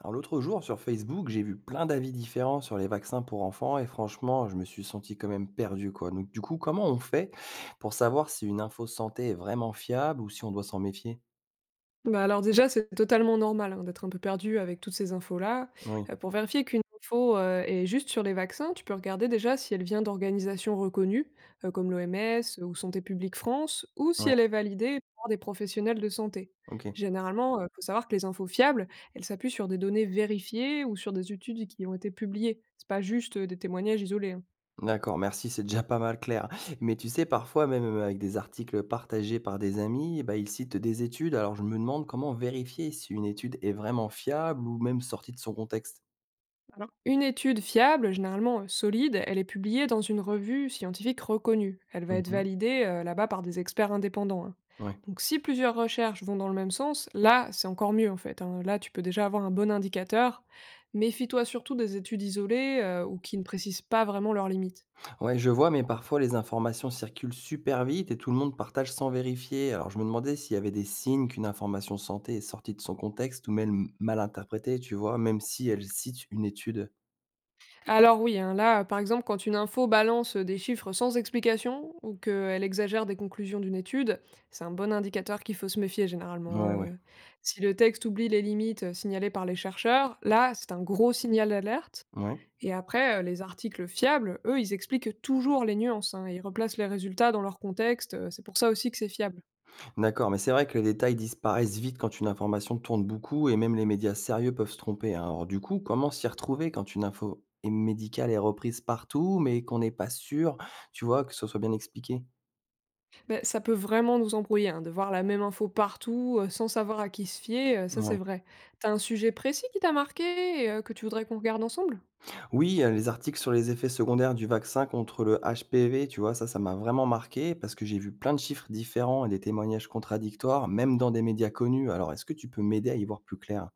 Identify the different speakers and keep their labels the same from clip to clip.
Speaker 1: Alors l'autre jour sur Facebook, j'ai vu plein d'avis différents sur les vaccins pour enfants et franchement, je me suis senti quand même perdu quoi. Donc du coup, comment on fait pour savoir si une info santé est vraiment fiable ou si on doit s'en méfier.
Speaker 2: Alors déjà, c'est totalement normal, hein, d'être un peu perdu avec toutes ces infos-là.
Speaker 1: Oui,
Speaker 2: Pour vérifier qu'une info, est juste sur les vaccins, tu peux regarder déjà si elle vient d'organisations reconnues, comme l'OMS ou Santé publique France, ou si
Speaker 1: ouais,
Speaker 2: elle est validée par des professionnels de santé.
Speaker 1: ok.
Speaker 2: Généralement, il faut savoir que les infos fiables, elles s'appuient sur des données vérifiées ou sur des études qui ont été publiées. C'est pas juste, des témoignages isolés, hein.
Speaker 1: D'accord, merci, c'est déjà pas mal clair. Mais tu sais, parfois, même avec des articles partagés par des amis, bah, ils citent des études, alors je me demande comment vérifier si une étude est vraiment fiable ou même sortie de son contexte.
Speaker 2: Une étude fiable, généralement, solide, elle est publiée dans une revue scientifique reconnue. Elle va être validée là-bas par des experts indépendants, hein.
Speaker 1: Oui,
Speaker 2: Donc si plusieurs recherches vont dans le même sens, là c'est encore mieux en fait, hein. Là tu peux déjà avoir un bon indicateur. Méfie-toi surtout des études isolées ou qui ne précisent pas vraiment leurs limites.
Speaker 1: ouais, je vois, mais parfois les informations circulent super vite et tout le monde partage sans vérifier. Alors je me demandais s'il y avait des signes qu'une information santé est sortie de son contexte ou même mal interprétée, tu vois, même si elle cite une étude.
Speaker 2: Alors oui, hein, là, par exemple, quand une info balance des chiffres sans explication ou qu'elle exagère des conclusions d'une étude, c'est un bon indicateur qu'il faut se méfier généralement,
Speaker 1: Ouais,
Speaker 2: hein,
Speaker 1: ouais.
Speaker 2: euh. Si le texte oublie les limites, signalées par les chercheurs, là, c'est un gros signal d'alerte.
Speaker 1: Ouais.
Speaker 2: Et après, les articles fiables, eux, ils expliquent toujours les nuances hein, et ils replacent les résultats dans leur contexte. C'est pour ça aussi que c'est fiable.
Speaker 1: D'accord, mais c'est vrai que les détails disparaissent vite quand une information tourne beaucoup et même les médias sérieux peuvent se tromper, hein. Alors du coup, comment s'y retrouver quand médicale est reprise partout, mais qu'on n'est pas sûr, tu vois, que ce soit bien expliqué?
Speaker 2: Ben, ça peut vraiment nous embrouiller, hein, de voir la même info partout, sans savoir à qui se fier, ça c'est
Speaker 1: Ouais.
Speaker 2: vrai. T'as un sujet précis qui t'a marqué et que tu voudrais qu'on regarde ensemble?
Speaker 1: Oui, les articles sur les effets secondaires du vaccin contre le HPV, tu vois? Ça m'a vraiment marqué parce que j'ai vu plein de chiffres différents et des témoignages contradictoires, même dans des médias connus. Alors, est-ce que tu peux m'aider à y voir plus clair?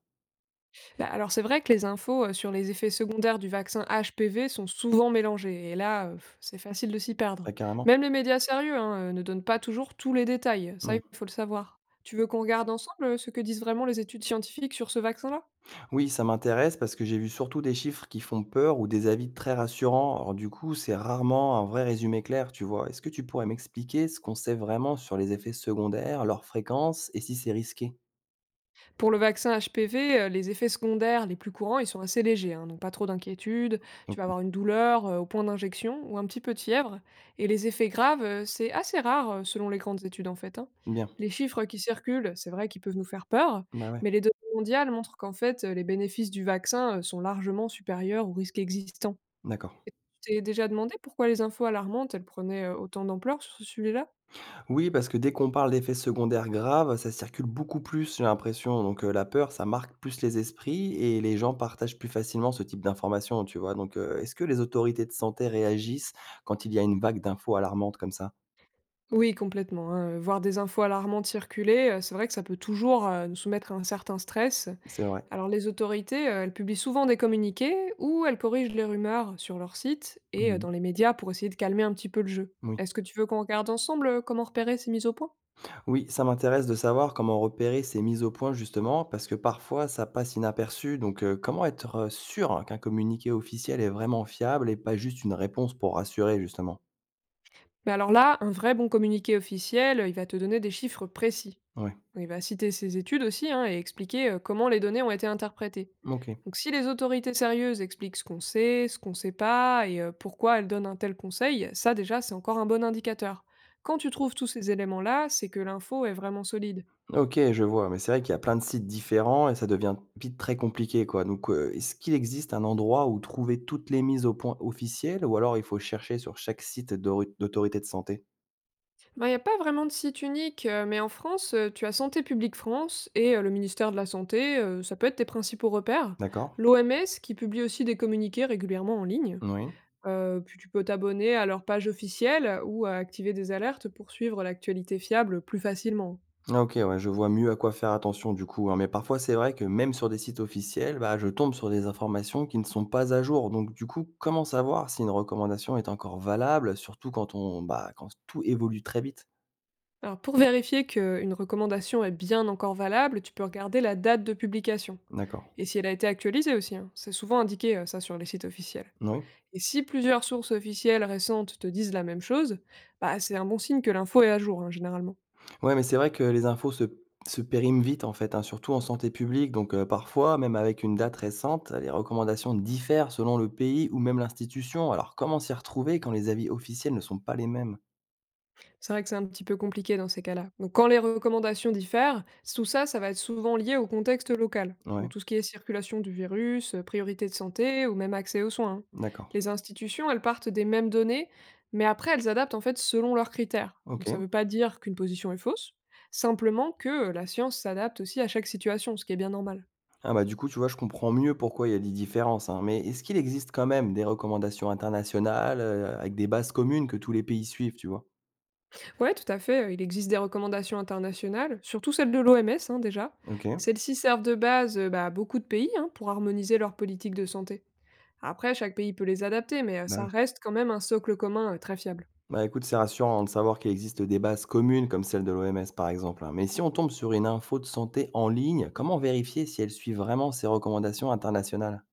Speaker 2: Alors c'est vrai que les infos, sur les effets secondaires du vaccin HPV sont souvent mélangées et là, c'est facile de s'y perdre.
Speaker 1: Bah, carrément.
Speaker 2: Même les médias sérieux, hein, ne donnent pas toujours tous les détails, ça il
Speaker 1: Mmh.
Speaker 2: faut le savoir. Tu veux qu'on regarde ensemble, ce que disent vraiment les études scientifiques sur ce vaccin-là?
Speaker 1: Oui, ça m'intéresse parce que j'ai vu surtout des chiffres qui font peur ou des avis très rassurants. Alors du coup, c'est rarement un vrai résumé clair, tu vois? Est-ce que tu pourrais m'expliquer ce qu'on sait vraiment sur les effets secondaires, leur fréquence et si c'est risqué?
Speaker 2: Pour le vaccin HPV, les effets secondaires les plus courants, ils sont assez légers, hein, donc pas trop d'inquiétude. Tu vas
Speaker 1: OK.
Speaker 2: avoir une douleur, au point d'injection ou un petit peu de fièvre et les effets graves, c'est assez rare, selon les grandes études, en fait, hein.
Speaker 1: Bien.
Speaker 2: Les chiffres qui circulent, c'est vrai qu'ils peuvent nous faire peur,
Speaker 1: Bah, ouais.
Speaker 2: mais les données mondiales montrent qu'en fait, les bénéfices du vaccin, sont largement supérieurs aux risques existants.
Speaker 1: D'accord.
Speaker 2: Tu t'es déjà demandé pourquoi les infos alarmantes, elles prenaient, autant d'ampleur sur ce sujet-là?
Speaker 1: Oui, parce que dès qu'on parle d'effets secondaires graves, ça circule beaucoup plus, j'ai l'impression. Donc, la peur, ça marque plus les esprits et les gens partagent plus facilement ce type d'informations, tu vois? Donc, est-ce que les autorités de santé réagissent quand il y a une vague d'infos alarmantes comme ça?
Speaker 2: Oui, complètement, hein. Voir des infos alarmantes circuler, c'est vrai que ça peut toujours, nous soumettre à un certain stress.
Speaker 1: C'est vrai.
Speaker 2: Alors les autorités, elles publient souvent des communiqués ou elles corrigent les rumeurs sur leur site et
Speaker 1: Mmh.
Speaker 2: dans les médias pour essayer de calmer un petit peu le jeu.
Speaker 1: Oui.
Speaker 2: Est-ce que tu veux qu'on regarde ensemble, comment repérer ces mises au point?
Speaker 1: Oui, ça m'intéresse de savoir comment repérer ces mises au point justement, parce que parfois ça passe inaperçu. Donc, comment être, sûr hein, qu'un communiqué officiel est vraiment fiable et pas juste une réponse pour rassurer justement?
Speaker 2: Mais alors là, un vrai bon communiqué officiel, il va te donner des chiffres précis.
Speaker 1: Oui.
Speaker 2: Oui, bah, citer ses études aussi hein, et expliquer comment les données ont été interprétées.
Speaker 1: OK.
Speaker 2: Donc si les autorités sérieuses expliquent ce qu'on sait pas et pourquoi elles donnent un tel conseil, ça déjà c'est encore un bon indicateur. Quand tu trouves tous ces éléments-là, c'est que l'info est vraiment solide.
Speaker 1: OK, je vois, mais c'est vrai qu'il y a plein de sites différents et ça devient vite très compliqué, quoi. Donc, est-ce qu'il existe un endroit où trouver toutes les mises au point officielles ou alors il faut chercher sur chaque site d'ori d'autorité de santé?
Speaker 2: Ben, il n'y a pas vraiment de site unique, mais en France, tu as Santé publique France et le ministère de la Santé, ça peut être tes principaux repères.
Speaker 1: D'accord.
Speaker 2: L'OMS qui publie aussi des communiqués régulièrement en ligne.
Speaker 1: Oui.
Speaker 2: Puis tu peux t'abonner à leur page officielle ou à activer des alertes pour suivre l'actualité fiable plus facilement.
Speaker 1: Ah OK, ouais, je vois mieux à quoi faire attention du coup, hein, mais parfois c'est vrai que même sur des sites officiels, bah, je tombe sur des informations qui ne sont pas à jour. Donc du coup, comment savoir si une recommandation est encore valable, surtout quand on bah, quand tout évolue très vite?
Speaker 2: Alors pour vérifier qu'une recommandation est bien encore valable, tu peux regarder la date de publication
Speaker 1: D'accord.
Speaker 2: et si elle a été actualisée aussi, hein. C'est souvent indiqué, ça sur les sites officiels
Speaker 1: Moui.
Speaker 2: et si plusieurs sources officielles récentes te disent la même chose, bah, c'est un bon signe que l'info est à jour, hein, généralement.
Speaker 1: Ouais, mais c'est vrai que les infos se périment vite en fait, hein, surtout en santé publique. Donc parfois, même avec une date récente, les recommandations diffèrent selon le pays ou même l'institution. Alors comment s'y retrouver quand les avis officiels ne sont pas les mêmes?
Speaker 2: C'est vrai que c'est un petit peu compliqué dans ces cas-là. Donc quand les recommandations diffèrent, tout ça, ça va être souvent lié au contexte local. Donc
Speaker 1: Ouais,
Speaker 2: tout ce qui est circulation du virus, priorité de santé ou même accès aux soins, hein.
Speaker 1: d'accord.
Speaker 2: Les institutions, elles partent des mêmes données, mais après elles adaptent en fait selon leurs critères. Donc ça
Speaker 1: OK.
Speaker 2: ne veut pas dire qu'une position est fausse, simplement que la science s'adapte aussi à chaque situation, ce qui est bien normal.
Speaker 1: Ah bah, du coup, tu vois, je comprends mieux pourquoi il y a des différences, hein. Mais est-ce qu'il existe quand même des recommandations internationales, avec des bases communes que tous les pays suivent, tu vois?
Speaker 2: Ouais, tout à fait, il existe des recommandations internationales, surtout celles de l'OMS déjà.
Speaker 1: OK.
Speaker 2: Celles-ci servent de base, à beaucoup de pays hein, pour harmoniser leur politique de santé. Après, chaque pays peut les adapter, mais
Speaker 1: Bah,
Speaker 2: ça
Speaker 1: oui.
Speaker 2: reste quand même un socle commun, très fiable.
Speaker 1: Bah, écoute, c'est rassurant de savoir qu'il existe des bases communes comme celle de l'OMS par exemple, hein. Mais si on tombe sur une info de santé en ligne, comment vérifier si elle suit vraiment ces recommandations internationales?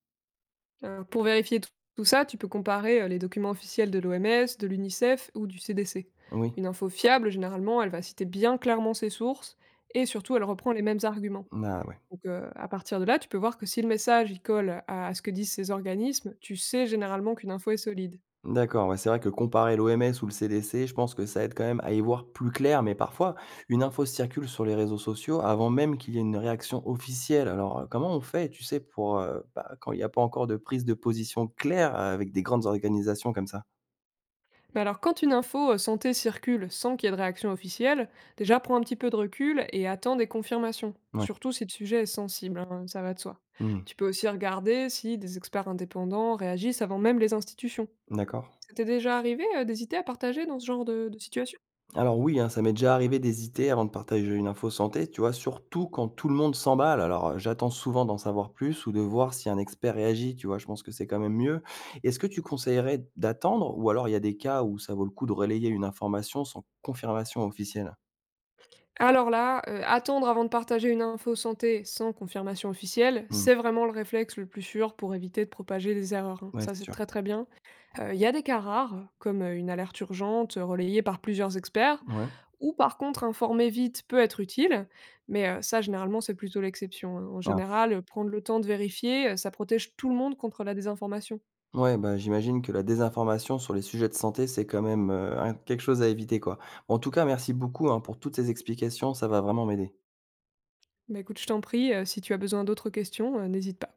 Speaker 2: Pour vérifier tout ça, tu peux comparer, les documents officiels de l'OMS, de l'UNICEF ou du CDC.
Speaker 1: Oui.
Speaker 2: Une info fiable, généralement, elle va citer bien clairement ses sources et surtout, elle reprend les mêmes arguments.
Speaker 1: Ah ouais.
Speaker 2: Donc à partir de là, tu peux voir que si le message, il colle à ce que disent ces organismes, tu sais généralement qu'une info est solide.
Speaker 1: D'accord, ouais, c'est vrai que comparer l'OMS ou le CDC, je pense que ça aide quand même à y voir plus clair, mais parfois, une info circule sur les réseaux sociaux avant même qu'il y ait une réaction officielle. Alors, comment on fait, tu sais, pour bah, quand il n'y a pas encore de prise de position claire avec des grandes organisations comme ça?
Speaker 2: Mais alors, quand une info santé circule sans qu'il y ait de réaction officielle, déjà prends un petit peu de recul et attends des confirmations,
Speaker 1: Ouais.
Speaker 2: surtout si le sujet est sensible, hein, ça va de soi.
Speaker 1: Hmm.
Speaker 2: Tu peux aussi regarder si des experts indépendants réagissent avant même les institutions.
Speaker 1: D'accord.
Speaker 2: Ça t'est déjà arrivé d'hésiter à partager dans ce genre de situation?
Speaker 1: Alors oui, hein, ça m'est déjà arrivé d'hésiter avant de partager une info santé, tu vois, surtout quand tout le monde s'emballe. Alors j'attends souvent d'en savoir plus ou de voir si un expert réagit, tu vois, je pense que c'est quand même mieux. Est-ce que tu conseillerais d'attendre ou alors il y a des cas où ça vaut le coup de relayer une information sans confirmation officielle?
Speaker 2: Alors là, attendre avant de partager une info santé sans confirmation officielle,
Speaker 1: Hmm.
Speaker 2: c'est vraiment le réflexe le plus sûr pour éviter de propager des erreurs, hein.
Speaker 1: Ouais,
Speaker 2: Ça,
Speaker 1: c'est
Speaker 2: c'est
Speaker 1: sûr.
Speaker 2: très très bien. Il y a des cas rares, comme une alerte urgente, relayée par plusieurs experts,
Speaker 1: Ouais.
Speaker 2: ou par contre, informer vite peut être utile, mais ça généralement c'est plutôt l'exception, hein. En
Speaker 1: Ah.
Speaker 2: général, prendre le temps de vérifier, ça protège tout le monde contre la désinformation.
Speaker 1: Ouais, bah, j'imagine que la désinformation sur les sujets de santé, c'est quand même quelque chose à éviter, quoi. Bon, en tout cas, merci beaucoup hein, pour toutes ces explications, ça va vraiment m'aider.
Speaker 2: Bah, écoute, je t'en prie, si tu as besoin d'autres questions, n'hésite pas.